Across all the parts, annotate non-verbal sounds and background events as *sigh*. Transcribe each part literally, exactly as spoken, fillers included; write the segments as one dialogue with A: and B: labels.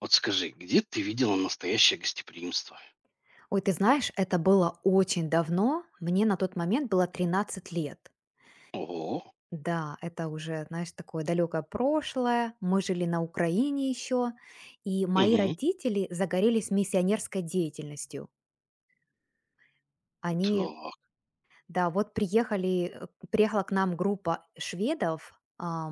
A: Вот скажи, где ты видела настоящее гостеприимство?
B: Ой, ты знаешь, это было очень давно. Мне на тот момент было тринадцать лет.
A: Ого.
B: Да, это уже, знаешь, такое далекое прошлое. Мы жили на Украине еще, и мои
A: Мгм.
B: родители загорелись миссионерской деятельностью. Они,
A: Так.
B: да, вот приехали, э, приехала к нам группа шведов,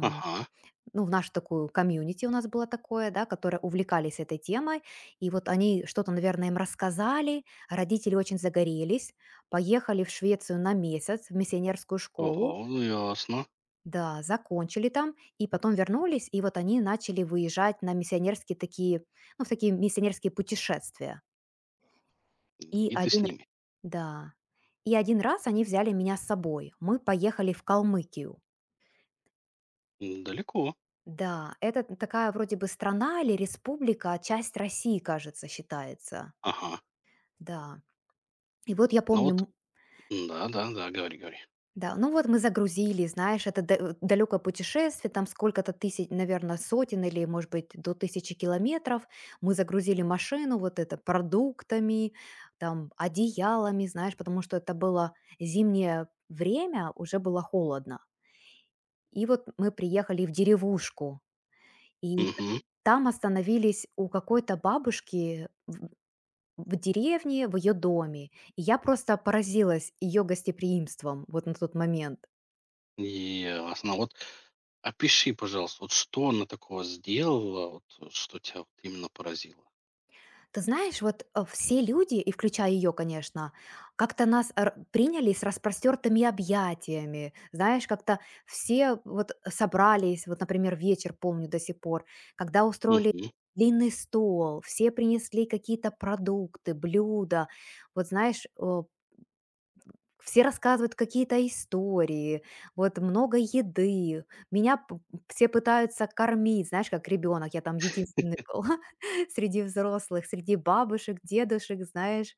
A: Ага.
B: ну, в нашу такую комьюнити у нас было такое, да, которые увлекались этой темой, и вот они что-то, наверное, им рассказали, родители очень загорелись, поехали в Швецию на месяц в миссионерскую школу,
A: Ого, ну ясно.
B: да, закончили там, и потом вернулись, и вот они начали выезжать на миссионерские такие, ну, в такие миссионерские путешествия. И
A: И ты с
B: один, р-
A: ними.
B: да, и один раз они взяли меня с собой. Мы поехали в Калмыкию.
A: М, Далеко.
B: Да, это такая вроде бы страна или республика, а часть России, кажется, считается.
A: Ага.
B: Да. И вот я
A: Ну
B: помню,
A: вот,
B: м,
A: да-да-да, говори, говори.
B: да, ну вот мы загрузили, знаешь, это да- далекое путешествие, там сколько-то тысяч, наверное, сотен или, может быть, до тысячи километров. Мы загрузили машину вот это продуктами, там, одеялами, знаешь, потому что это было зимнее время, уже было холодно. И вот мы приехали в деревушку, И т
A: Мгм.
B: там остановились у какой-то бабушки в в деревне, в ее доме. И я просто поразилась ее гостеприимством вот на тот момент.
A: Ясно. Вот опиши, пожалуйста, вот что она такого сделала, вот э, что тебя вот именно поразило?
B: Ты знаешь, вот, э, все люди, и включая ее, конечно, как-то нас р приняли с распростертыми объятиями. Знаешь, как-то все вот собрались. Вот, например, вечер помню до сих пор, когда устроили
A: Угу.
B: длинный стол, все принесли какие-то продукты, блюда. Вот знаешь, э, все рассказывают какие-то истории, вот много еды. Меня п Все пытаются кормить, знаешь, как ребенок. Я там единственный был *laughs* среди взрослых, среди бабушек, дедушек, знаешь.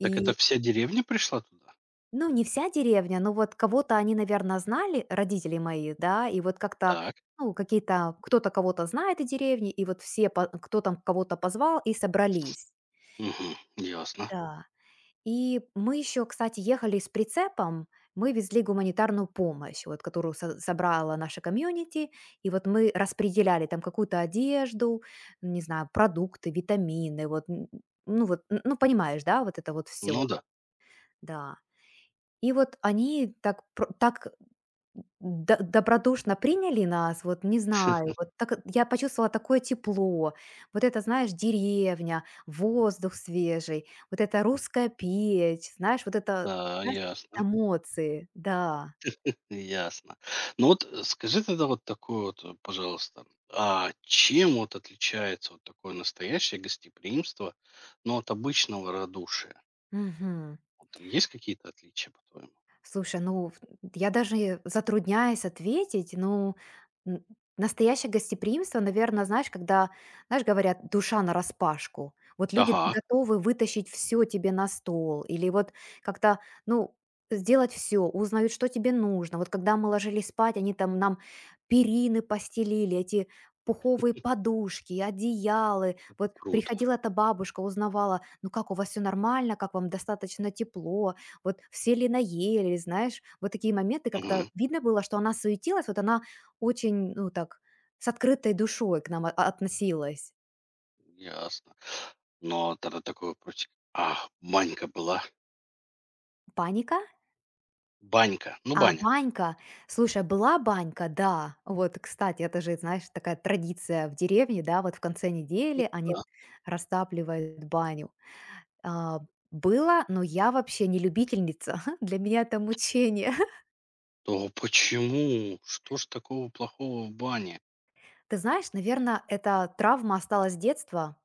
A: Так
B: И,
A: это вся деревня пришла туда?
B: ну, не вся деревня, но вот кого-то они, наверное, знали, родители мои, да, и вот как-то,
A: Так.
B: ну, какие-то кто-то кого-то знает из деревни, и вот все по кто там кого-то позвал, и собрались.
A: Угу. Ясно.
B: Да. И мы еще, кстати, ехали с прицепом. Мы везли гуманитарную помощь, вот, которую со- собрала наша комьюнити. И вот мы распределяли там какую-то одежду, не знаю, продукты, витамины. Вот, н- ну, вот, н- ну, понимаешь, да, вот это вот
A: Ну
B: все.
A: да.
B: Да. И вот они так, про- так Д добродушно приняли нас, вот не знаю, вот так э, я почувствовала такое тепло. Вот это, знаешь, деревня, воздух свежий, вот это русская печь, знаешь, вот это,
A: Да,
B: знаешь,
A: ясно.
B: эмоции, да.
A: Ясно. Ну вот э, скажи тогда вот такое вот, э, пожалуйста, а чем вот отличается вот такое настоящее гостеприимство, ну, от обычного радушия?
B: Мгм.
A: Вот есть какие-то отличия, по-твоему?
B: Слушай, ну, в- я даже затрудняюсь ответить, ну, н- настоящее гостеприимство, наверное, знаешь, когда, знаешь, говорят, душа на распашку. Вот люди
A: Ага,
B: готовы вытащить все тебе на стол, или вот как-то, ну, сделать все, узнают, что тебе нужно. Вот когда мы ложились спать, они там нам перины постелили, эти пуховые подушки, одеялы.
A: это
B: Вот
A: круто.
B: приходила эта бабушка, узнавала, ну как у вас все нормально, как вам достаточно тепло, вот все ли наели, знаешь, вот такие моменты. Как-то
A: Мгм.
B: видно было, что она суетилась, вот она очень, ну, так, с открытой душой к нам о- относилась.
A: Ясно. Но тогда такой вопросик. А, банька была.
B: Паника?
A: Банька. Ну,
B: А,
A: баня.
B: банька. Слушай, а была банька, да. Вот, кстати, это же, знаешь, такая традиция в деревне, да, вот в конце
A: Ну
B: недели они
A: да.
B: растапливают баню. А, было, но я вообще не любительница. *laughs* Для меня это мучение.
A: То почему? Что ж такого плохого в бане?
B: Ты знаешь, наверное, эта травма осталась с детства.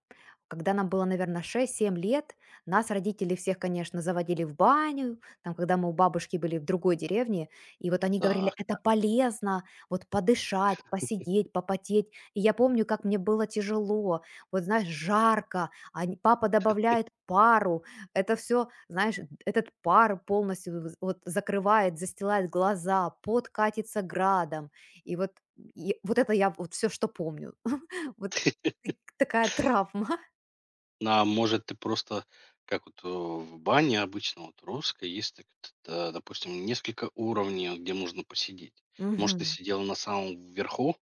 B: Когда нам было, наверное, шесть-семь лет, нас родители всех, конечно, заводили в баню, там, когда мы у бабушки были в другой деревне, и вот они говорили,
A: Так.
B: это полезно, вот подышать, посидеть, попотеть. И я помню, как мне было тяжело, вот, знаешь, жарко, а они- папа добавляет пару, это все, знаешь, этот пар полностью з- вот закрывает, застилает глаза, пот катится градом, и вот и вот это я вот все, что помню. *laughs* Вот ты такая травма.
A: А может, ты просто, как вот э, в бане обычно, вот русской, есть, так, т- э, допустим, несколько уровней, вот где можно посидеть.
B: *laughs*
A: Может, ты
B: Мгм.
A: сидела на самом верху,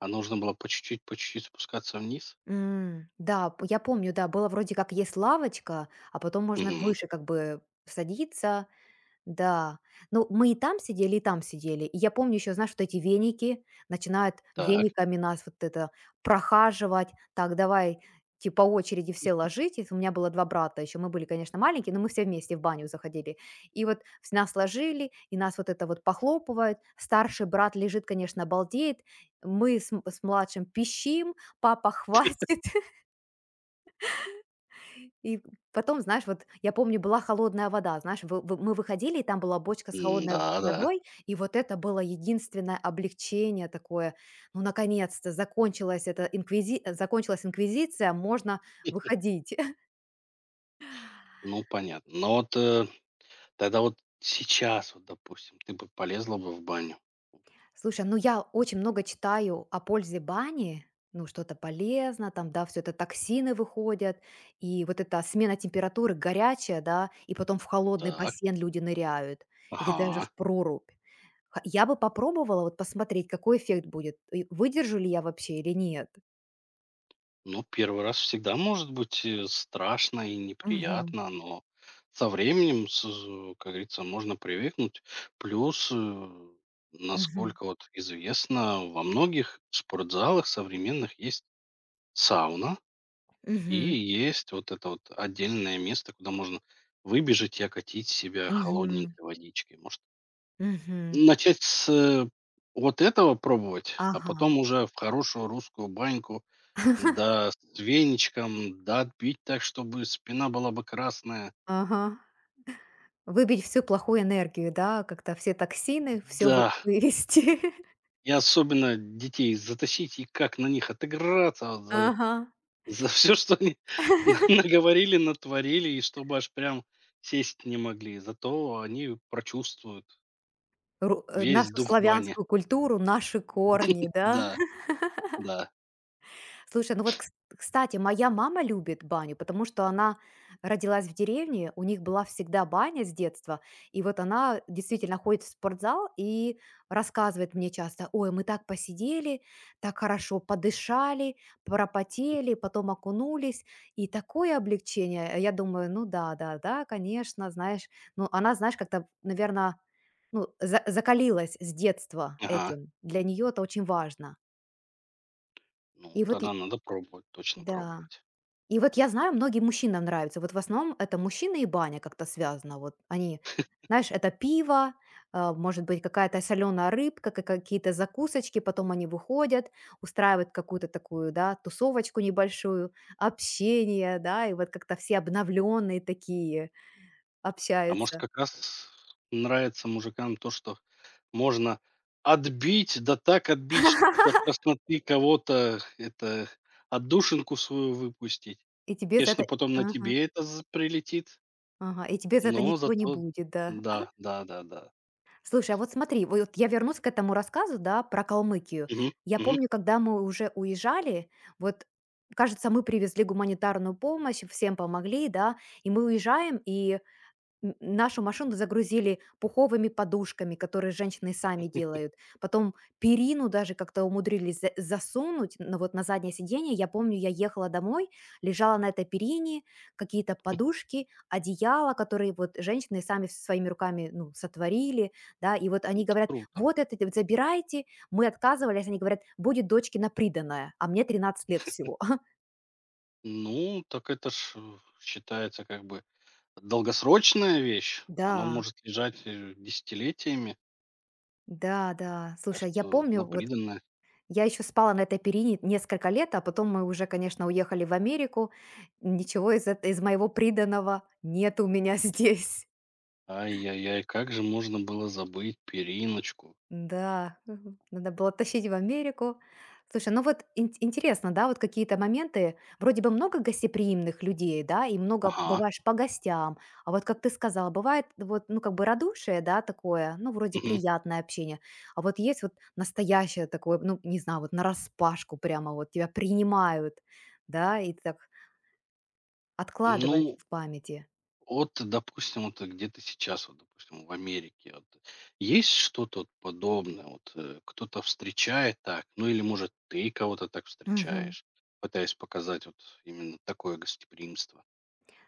A: а нужно было по чуть-чуть, по чуть-чуть спускаться вниз?
B: М. Да, п я помню, да, было вроде как есть лавочка, а потом можно
A: Мгм.
B: выше как бы садиться. Да, ну, мы и там сидели, и там сидели. И я помню еще, знаешь, вот эти веники, начинают
A: Так.
B: вениками нас вот это прохаживать. Так, давай, типа, по очереди все ложитесь. У меня было два брата еще, мы были, конечно, маленькие, но мы все вместе в баню заходили. И вот с- нас ложили, и нас вот это вот похлопывают. Старший брат лежит, конечно, балдеет. Мы с, м- с младшим пищим, папа *laughs* хватит. И потом, знаешь, вот я помню, была холодная вода, знаешь, вы вы мы выходили, и там была бочка с холодной
A: Да, да.
B: водой, и вот это было единственное облегчение такое. Ну, наконец-то закончилась эта инквизи э, закончилась инквизиция, можно выходить. *laughs*
A: Ну, понятно. Но вот э, тогда вот сейчас, вот, допустим, ты бы полезла бы в баню.
B: Слушай, ну я очень много читаю о пользе бани, ну, что-то полезно, там, да, все это токсины выходят, и вот эта смена температуры горячая, да, и потом в холодный
A: Так.
B: бассейн люди ныряют или даже в
A: Ага.
B: прорубь. Ха Я бы попробовала вот посмотреть, какой эффект будет, и выдержу ли я вообще или нет.
A: Ну, первый раз всегда может быть э, страшно и
B: Мгм.
A: неприятно, но со временем, с- с, как говорится, можно привыкнуть. Плюс, э,
B: Мгм.
A: насколько вот известно, во многих спортзалах современных есть сауна и
B: Мгм.
A: есть вот это вот отдельное место, куда можно выбежать и окатить себя
B: Мгм.
A: холодненькой водичкой. Может,
B: Мгм.
A: начать с э, вот этого пробовать, а
B: Ага.
A: потом уже в хорошую русскую баньку
B: *laughs*
A: да, с веничком, да, отбить так, чтобы спина была бы красная.
B: Ага. Выбить всю плохую энергию, да, как-то все токсины, все
A: Да,
B: вывести. *laughs*
A: и особенно детей затащить и как на них отыграться вот за,
B: Ага.
A: за *laughs* все, что они *laughs* на- наговорили, натворили, и чтобы аж прям сесть не могли. Зато они прочувствуют
B: Ру э,
A: весь
B: нашу
A: дух бани.
B: славянскую культуру, наши корни, да?
A: Да, да.
B: Слушай, ну вот, кс- кстати, моя мама любит баню, потому что она родилась в деревне, у них была всегда баня с детства, и вот она действительно ходит в спортзал и рассказывает мне часто, ой, мы так посидели, так хорошо подышали, пропотели, потом окунулись, и такое облегчение. А я думаю, ну да, да, да, конечно, знаешь, ну она, знаешь, как-то, наверное, ну, за- закалилась с детства
A: Ага.
B: этим. Для нее это очень важно.
A: Ну,
B: И вот,
A: тогда
B: и-
A: надо пробовать, точно
B: да.
A: пробовать.
B: И вот я знаю, многим мужчинам нравится. Вот в основном это мужчины и баня как-то связано. Вот они, знаешь, это пиво, а, может быть, какая-то соленая рыбка, ка- какие-то закусочки, потом они выходят, устраивают какую-то такую, да, тусовочку небольшую, общение, да, и вот как-то все обновленные такие
A: А может,
B: общаются.
A: как раз нравится мужикам то, что можно отбить, да так отбить, что до
B: *laughs*
A: красноты кого-то, это, отдушинку свою выпустить.
B: И тебе за это...
A: Конечно, потом на
B: Ага,
A: тебе это з прилетит,
B: ага, и тебе за это
A: но
B: ничего не
A: зато
B: будет, да.
A: да, да-да-да.
B: Слушай, а вот смотри, вот я вернусь к этому рассказу, да, про Калмыкию.
A: Мгм,
B: Я
A: мгм.
B: помню, когда мы уже уезжали, вот, кажется, мы привезли гуманитарную помощь, всем помогли, да, и мы уезжаем, и Н нашу машину загрузили пуховыми подушками, которые женщины сами делают. Потом перину даже как-то умудрились за засунуть, на вот на заднее сиденье. Я помню, я ехала домой, лежала на этой перине, какие-то подушки, одеяла, которые вот женщины сами своими руками, ну, сотворили, да. И вот
A: Ну,
B: они
A: это
B: говорят:
A: круто.
B: "Вот это вот забирайте". Мы отказывались, они говорят: "Будет дочке на приданое". А мне тринадцать лет всего. *laughs*
A: Ну, так это ж, э, считается как бы долгосрочная вещь.
B: Да,
A: Она может лежать, э, десятилетиями,
B: да-да.
A: так
B: Слушай, я
A: что
B: помню
A: на.
B: вот я еще спала на этой перине несколько лет, а потом мы уже, конечно, уехали в Америку. Ничего из, эт- из моего приданого нет у меня *laughs* здесь.
A: Ай-яй-яй, как же можно было забыть периночку?
B: Да, мгм. Надо было тащить в Америку. Слушай, ну вот ин- интересно, да, вот какие-то моменты, вроде бы много гостеприимных людей, да, и много
A: Ага.
B: бываешь по гостям, а вот как ты сказала, бывает вот, ну, как бы радушие, да, такое, ну, вроде
A: Мгм.
B: приятное общение, а вот есть вот настоящее такое, ну, не знаю, вот нараспашку прямо вот тебя принимают, да, и так откладывается
A: Ну,
B: в памяти.
A: вот допустим, вот где ты сейчас, вот, допустим, в Америке, вот, есть что-то вот подобное? Вот э, кто-то встречает так, ну или, может, ты кого-то так встречаешь, пытаясь показать вот именно такое гостеприимство.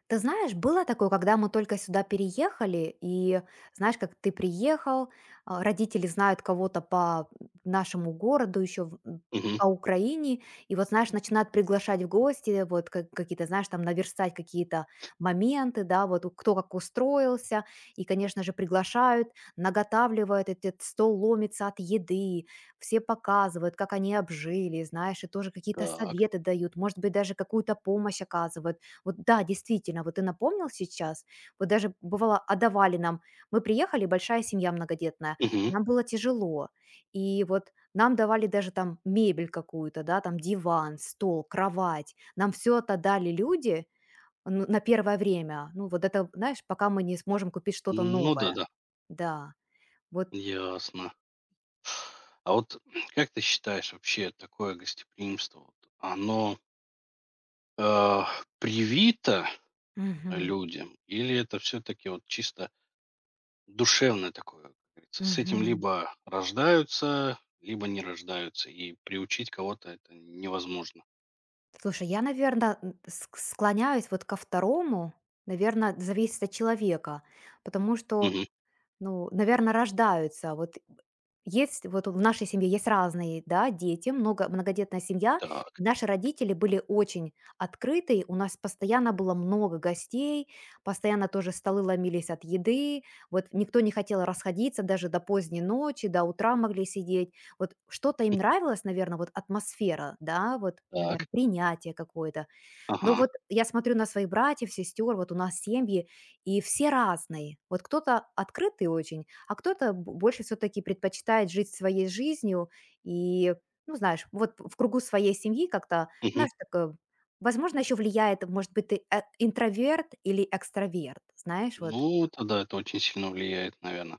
B: Ты знаешь, было такое, когда мы только сюда переехали, и знаешь, как ты приехал, а, родители знают кого-то по нашему городу, еще
A: Мгм.
B: по Украине, и вот, знаешь, начинают приглашать в гости, вот как- какие-то, знаешь, там наверстать какие-то моменты, да, вот у- кто как устроился, и, конечно же, приглашают, наготавливают, этот стол ломится от еды, все показывают, как они обжили, знаешь, и тоже какие-то
A: Так.
B: советы дают, может быть, даже какую-то помощь оказывают, вот да, действительно, вот ты напомнил сейчас. Вот даже бывало отдавали нам. Мы приехали, большая семья многодетная.
A: Мгм.
B: Нам было тяжело. И вот нам давали даже там мебель какую-то, да, там диван, стол, кровать. Нам все это дали люди, ну, на первое время. Ну, вот это, знаешь, пока мы не сможем купить что-то
A: Ну
B: новое.
A: да-да,
B: Да, вот.
A: ясно. А вот *clears throat* как ты считаешь, вообще такое гостеприимство, вот, оно э, привито
B: Мгм.
A: людям? Или это все-таки вот чисто душевное такое, как говорится, с этим
B: Мгм.
A: либо рождаются, либо не рождаются, и приучить кого-то это невозможно.
B: Слушай, я, наверное, склоняюсь вот ко второму. Наверное, зависит от человека, потому что,
A: Мгм.
B: ну, наверное, рождаются. Вот есть вот в нашей семье есть разные, да, дети, много многодетная семья, и
A: Так,
B: наши родители были очень открыты. У нас постоянно было много гостей, постоянно тоже столы ломились от еды. Вот никто не хотел расходиться даже до поздней ночи, до утра могли сидеть. Вот что-то им нравилось, наверное, вот атмосфера, да, вот, наверное,
A: так,
B: принятие какое-то. Но
A: ага,
B: вот я смотрю на своих братьев, сестер, вот у нас семьи, и все разные. Вот кто-то открытый очень, а кто-то б- больше все-таки предпочитает жить своей жизнью и, ну знаешь, вот в кругу своей семьи как-то,
A: мгм.
B: знаешь, такое, возможно, еще влияет, может быть, ты э, интроверт или экстраверт, знаешь, вот,
A: Ну, тогда это очень сильно влияет, наверное.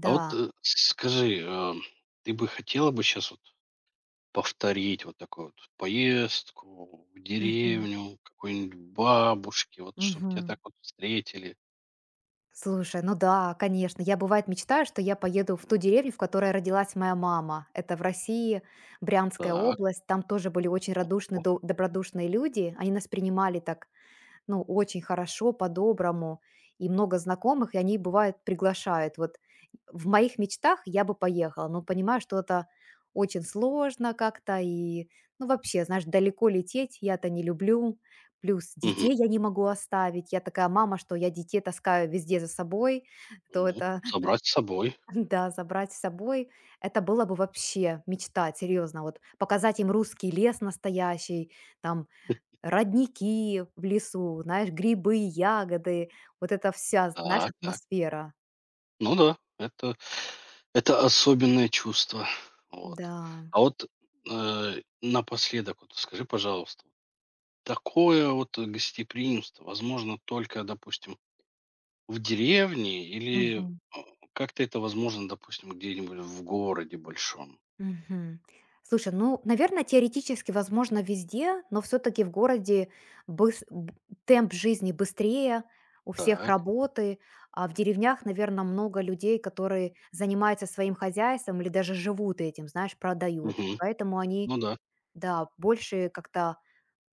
A: А вот э, скажи, э, ты бы хотела бы сейчас вот повторить вот такую вот поездку в
B: Мгм.
A: деревню, какой-нибудь бабушке, вот чтобы тебя
B: Мгм.
A: так вот встретили?
B: Слушай, ну да, конечно. Я, бывает, мечтаю, что я поеду в ту деревню, в которой родилась моя мама. Это в России, Брянская
A: Так.
B: область. Там тоже были очень радушные,
A: О,
B: до- добродушные люди. Они нас принимали так, ну, очень хорошо, по-доброму, и много знакомых, и они, бывает, приглашают. Вот в моих мечтах я бы поехала, но понимаю, что это очень сложно как-то, и, ну, вообще, знаешь, далеко лететь я-то не люблю, плюс
A: мгм.
B: детей я не могу оставить. Я такая мама, что я детей таскаю везде за собой, то
A: Ну,
B: это,
A: забрать с собой.
B: *laughs* да, забрать с собой, это было бы вообще мечта, серьезно, вот показать им русский лес настоящий, там родники в лесу, знаешь, грибы, ягоды, вот эта вся, знаешь,
A: Так, так.
B: атмосфера.
A: Ну да, это это особенное чувство. Вот.
B: Да.
A: А вот, э, напоследок, вот скажи, пожалуйста, такое вот гостеприимство возможно только, допустим, в деревне или, э,
B: Мгм.
A: как-то это возможно, допустим, где-нибудь в городе большом?
B: Мгм. Слушай, ну, наверное, теоретически возможно везде, но все-таки в городе быс- б- темп жизни быстрее, у всех
A: Так.
B: работы, а в деревнях, наверное, много людей, которые занимаются своим хозяйством или даже живут этим, знаешь, продают. И
A: Мгм.
B: поэтому они,
A: Ну да.
B: да, больше как-то,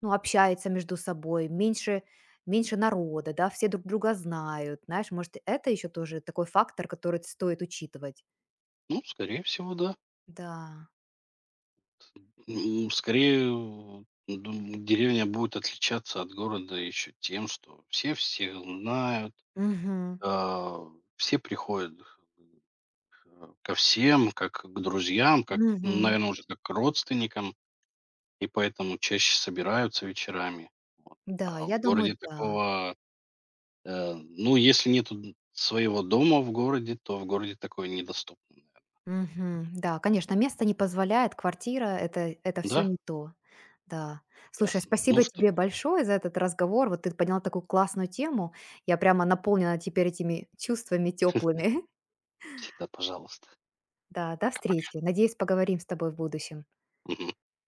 B: ну, общается между собой, меньше, меньше народа, да, все друг друга знают, знаешь, может, это еще тоже такой фактор, который стоит учитывать.
A: Ну, скорее всего, да.
B: Да.
A: М, Скорее, вот, дум- деревня будет отличаться от города еще тем, что все всех знают,
B: Мгм.
A: а, все приходят э, ко всем, как к друзьям, как,
B: Мгм.
A: наверное, уже как к родственникам, и поэтому чаще собираются вечерами.
B: Да,
A: А
B: я
A: в
B: думаю,
A: городе
B: да.
A: такого, э, ну, если нет своего дома в городе, то в городе такое недоступно.
B: Мгм. Да, конечно, место не позволяет, квартира это, это все
A: Да,
B: не то. Да. Слушай,
A: ясно. Ну
B: спасибо
A: что,
B: тебе большое за этот разговор. Вот ты подняла такую классную тему. Я прямо наполнена теперь этими чувствами теплыми. *laughs*
A: всегда пожалуйста.
B: Да, до
A: Пока-пока.
B: встречи. Надеюсь, поговорим с тобой в будущем.
A: Мгм.